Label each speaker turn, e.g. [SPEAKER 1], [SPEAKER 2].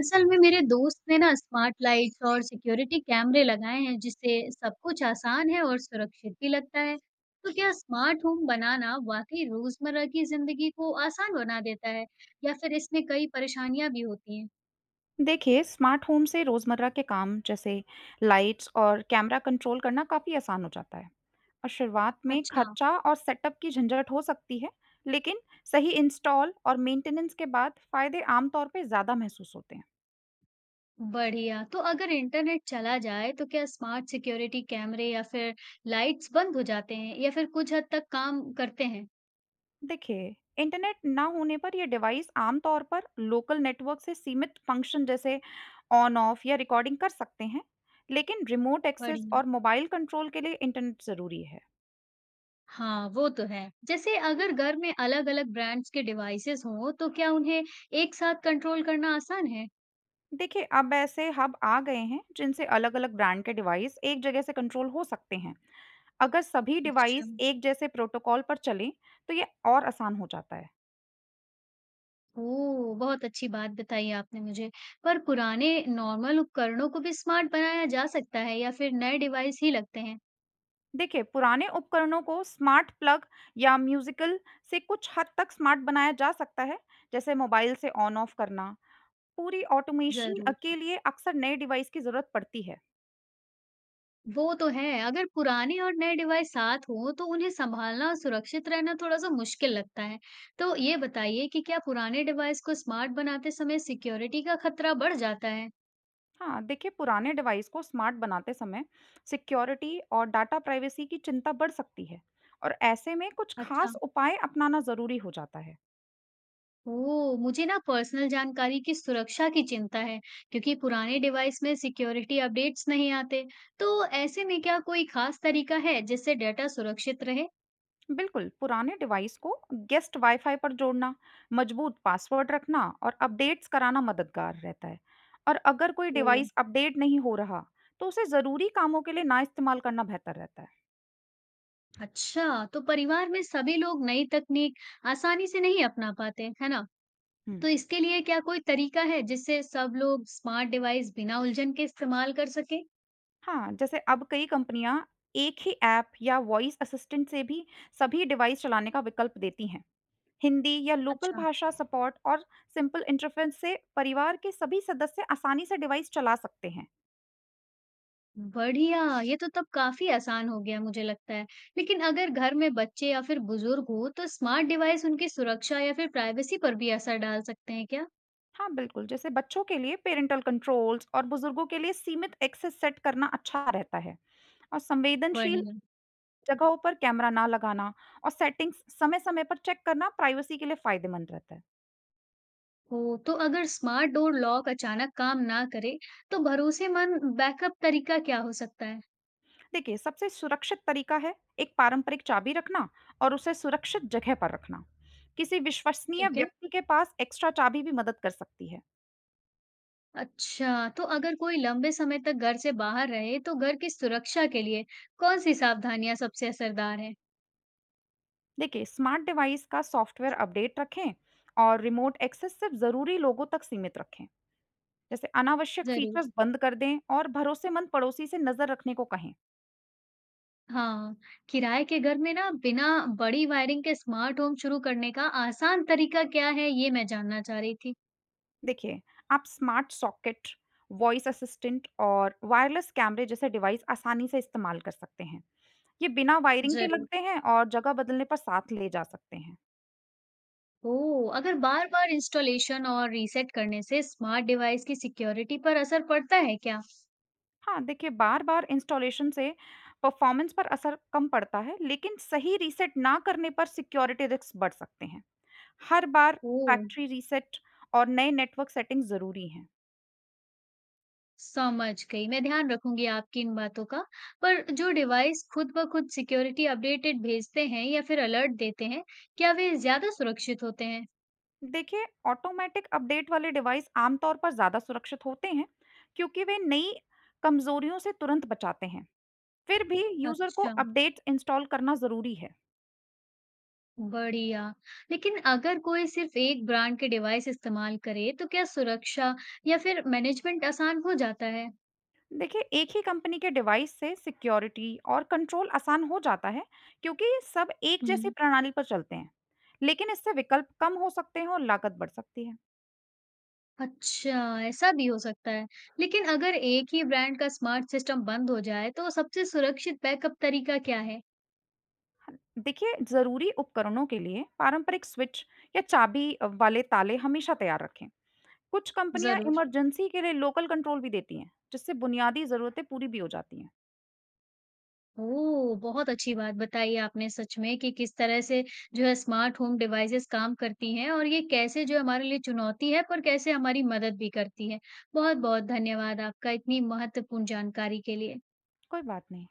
[SPEAKER 1] असल में मेरे दोस्त ने ना स्मार्ट लाइट्स और सिक्योरिटी कैमरे लगाए हैं जिससे सब कुछ आसान है और सुरक्षित भी लगता है। तो क्या स्मार्ट होम बनाना वाकई रोजमर्रा की जिंदगी को आसान बना देता है या फिर इसमें कई परेशानियां भी होती हैं?
[SPEAKER 2] देखिए, स्मार्ट होम से रोज़मर्रा के काम जैसे लाइट्स और कैमरा कंट्रोल करना काफ़ी आसान हो जाता है। और शुरुआत में
[SPEAKER 1] अच्छा।
[SPEAKER 2] खर्चा और सेटअप की झंझट हो सकती है, लेकिन सही इंस्टॉल और मेंटेनेंस के बाद फ़ायदे आमतौर पे ज़्यादा महसूस होते हैं।
[SPEAKER 1] बढ़िया, तो अगर इंटरनेट चला जाए तो क्या स्मार्ट सिक्योरिटी कैमरे या फिर लाइट्स बंद हो जाते हैं या फिर कुछ हद तक काम करते हैं?
[SPEAKER 2] देखिए, इंटरनेट ना होने पर ये डिवाइस आमतौर पर लोकल नेटवर्क से सीमित फंक्शन जैसे ऑन ऑफ या रिकॉर्डिंग कर सकते हैं, लेकिन रिमोट एक्सेस
[SPEAKER 1] बढ़िया।
[SPEAKER 2] और मोबाइल कंट्रोल के लिए इंटरनेट ज़रूरी है।
[SPEAKER 1] हाँ, वो तो है। जैसे अगर घर में अलग-अलग ब्रांड्स के डिवाइसेज़ हों, तो क्या उन्हें एक साथ कंट्रोल करना आसान है?
[SPEAKER 2] देखिए, अब ऐसे हब आ गए हैं जिनसे अलग-अलग ब्रांड के डिवाइस एक जगह से कंट्रोल हो सकते हैं। अगर सभी
[SPEAKER 1] अच्छा।
[SPEAKER 2] डिवाइस एक जैसे प्रोटोकॉल पर चलें, तो ये और आसान हो जाता है।
[SPEAKER 1] ओह! बहुत अच्छी बात बताई आपने मुझे। पर पुराने नॉर्मल उपकरणों को भी स्मार्ट बनाया जा सकता है या फिर नए डिवाइस ही लगते हैं?
[SPEAKER 2] देखिए, पुराने उपकरणों को स्मार्ट प्लग या म्यूज़िकल से कुछ हद तक स्मार्ट बनाया जा सकता है, जैसे मोबाइल से ऑन ऑफ करना। पूरी ऑटोमेशन
[SPEAKER 1] जरूर,
[SPEAKER 2] के लिए अक्सर नए डिवाइस की ज़रूरत पड़ती है।
[SPEAKER 1] वो तो है। अगर पुराने और नए डिवाइस साथ हों, तो उन्हें संभालना और सुरक्षित रहना थोड़ा-सा मुश्किल लगता है। तो ये बताइए कि क्या पुराने डिवाइस को स्मार्ट बनाते समय सिक्योरिटी का खतरा बढ़ जाता है?
[SPEAKER 2] हाँ, देखिए पुराने डिवाइस को स्मार्ट बनाते समय सिक्योरिटी और डाटा प्राइवेसी की चिंता बढ़ सकती है। और ऐसे में कुछ
[SPEAKER 1] अच्छा।
[SPEAKER 2] खास उपाय अपनाना जरूरी हो जाता है।
[SPEAKER 1] ओह! मुझे ना पर्सनल जानकारी की सुरक्षा की चिंता है क्योंकि पुराने डिवाइस में सिक्योरिटी अपडेट्स नहीं आते। तो ऐसे में क्या कोई खास तरीका है जिससे डेटा सुरक्षित रहे?
[SPEAKER 2] बिल्कुल, पुराने डिवाइस को गेस्ट वाईफाई पर जोड़ना, मजबूत पासवर्ड रखना और अपडेट्स कराना मददगार रहता है। और अगर कोई
[SPEAKER 1] ओह!
[SPEAKER 2] डिवाइस अपडेट नहीं हो रहा, तो उसे ज़रूरी कामों के लिए ना इस्तेमाल करना बेहतर रहता है।
[SPEAKER 1] अच्छा, तो परिवार में सभी लोग नई तकनीक आसानी से नहीं अपना पाते, है ना?
[SPEAKER 2] हम्म,
[SPEAKER 1] तो इसके लिए क्या कोई तरीका है जिससे सब लोग स्मार्ट डिवाइस बिना उलझन के इस्तेमाल कर सके?
[SPEAKER 2] हाँ, जैसे अब कई कंपनियां एक ही ऐप या वॉइस असिस्टेंट से भी सभी डिवाइस चलाने का विकल्प देती हैं। हिंदी या लोकल
[SPEAKER 1] अच्छा।
[SPEAKER 2] भाषा सपोर्ट और सिंपल इंटरफेस से परिवार के सभी सदस्य आसानी से डिवाइस चला सकते हैं।
[SPEAKER 1] बढ़िया, ये तो तब काफ़ी आसान हो गया मुझे लगता है। लेकिन अगर घर में बच्चे या फिर बुजुर्ग हो तो स्मार्ट डिवाइस उनकी सुरक्षा या फिर प्राइवेसी पर भी असर डाल सकते हैं क्या?
[SPEAKER 2] हाँ, बिल्कुल, जैसे बच्चों के लिए पेरेंटल कंट्रोल्स और बुजुर्गों के लिए सीमित एक्सेस सेट करना अच्छा रहता है। और संवेदनशील
[SPEAKER 1] बढ़िया।
[SPEAKER 2] जगहों पर कैमरा ना लगाना और सेटिंग्स समय समय पर चेक करना प्राइवेसी के लिए फायदेमंद रहता है।
[SPEAKER 1] ओह! तो अगर स्मार्ट डोर लॉक अचानक काम ना करे तो भरोसेमंद बैकअप तरीका क्या हो सकता है?
[SPEAKER 2] देखिए, सबसे सुरक्षित तरीका है एक पारंपरिक चाबी रखना और उसे सुरक्षित जगह पर रखना। किसी विश्वसनीय
[SPEAKER 1] ठीक है।
[SPEAKER 2] व्यक्ति के पास एक्स्ट्रा चाबी भी मदद कर सकती है।
[SPEAKER 1] अच्छा, तो अगर कोई लंबे समय तक घर से बाहर रहे तो घर की सुरक्षा के लिए कौन-सी सावधानियां सबसे असरदार हैं?
[SPEAKER 2] देखिए, स्मार्ट डिवाइस का सॉफ्टवेयर अपडेट रखें और रिमोट एक्सेस सिर्फ ज़रूरी लोगों तक सीमित रखें। जैसे अनावश्यक
[SPEAKER 1] ज़रूर।
[SPEAKER 2] फीचर्स बंद कर दें और भरोसेमंद पड़ोसी से नज़र रखने को कहें।
[SPEAKER 1] हाँ, किराए के घर में ना बिना बड़ी वायरिंग के स्मार्ट होम शुरू करने का आसान तरीका क्या है, ये मैं जानना चाह रही थी।
[SPEAKER 2] देखिए, आप स्मार्ट सॉकेट, वॉइस असिस्टेंट और वायरलेस कैमरे जैसे डिवाइस आसानी से इस्तेमाल कर सकते हैं। ये बिना वायरिंग के
[SPEAKER 1] जरूर।
[SPEAKER 2] लगते हैं और जगह बदलने पर साथ ले जा सकते हैं।
[SPEAKER 1] ओह, अगर बार-बार इंस्टॉलेशन और रीसेट करने से स्मार्ट डिवाइस की सिक्योरिटी पर असर पड़ता है क्या?
[SPEAKER 2] हाँ, देखिए बार बार इंस्टॉलेशन से परफॉर्मेंस पर असर कम पड़ता है, लेकिन सही रीसेट ना करने पर सिक्योरिटी रिस्क बढ़ सकते हैं। हर बार
[SPEAKER 1] ओह,
[SPEAKER 2] फैक्ट्री रीसेट और नए नेटवर्क सेटिंग ज़रूरी हैं।
[SPEAKER 1] समझ गई। मैं ध्यान रखूंगी आपकी इन बातों का। पर जो डिवाइस खुद ब खुद सिक्योरिटी अपडेटेड भेजते हैं या फिर अलर्ट देते हैं, क्या वे ज्यादा सुरक्षित होते हैं?
[SPEAKER 2] देखिए, ऑटोमैटिक अपडेट वाले डिवाइस आमतौर पर ज़्यादा सुरक्षित होते हैं, क्योंकि वे नई कमज़ोरियों से तुरंत बचाते हैं। फिर भी यूज़र को
[SPEAKER 1] अच्छा।
[SPEAKER 2] अपडेट्स इंस्टॉल करना ज़रूरी है।
[SPEAKER 1] बढ़िया। लेकिन अगर कोई सिर्फ़ एक ब्रांड के डिवाइस इस्तेमाल करे, तो क्या सुरक्षा या फिर मैनेजमेंट आसान हो जाता है?
[SPEAKER 2] देखिए, एक ही कंपनी के डिवाइस से सिक्योरिटी और कंट्रोल आसान हो जाता है, क्योंकि ये सब एक जैसी
[SPEAKER 1] हुँ।
[SPEAKER 2] प्रणाली पर चलते हैं। लेकिन इससे विकल्प कम हो सकते हैं और लागत बढ़ सकती है।
[SPEAKER 1] अच्छा, ऐसा भी हो सकता है। लेकिन अगर एक ही ब्रांड का स्मार्ट सिस्टम बंद हो जाए, तो सबसे सुरक्षित बैकअप तरीका क्या है?
[SPEAKER 2] देखिए, ज़रूरी उपकरणों के लिए पारंपरिक स्विच या चाबी वाले ताले हमेशा तैयार रखें। कुछ कंपनियां
[SPEAKER 1] ज़रूर।
[SPEAKER 2] इमरजेंसी के लिए लोकल कंट्रोल भी देती हैं, जिससे बुनियादी ज़रूरतें पूरी भी हो जाती हैं।
[SPEAKER 1] ओह! बहुत अच्छी बात बताई आपने सच में कि किस तरह से जो है स्मार्ट होम डिवाइसेज़ काम करती हैं और ये कैसे जो हमारे लिए चुनौती है पर कैसे हमारी मदद भी करती है। बहुत-बहुत धन्यवाद आपका इतनी महत्वपूर्ण जानकारी के लिए।
[SPEAKER 2] कोई बात नहीं।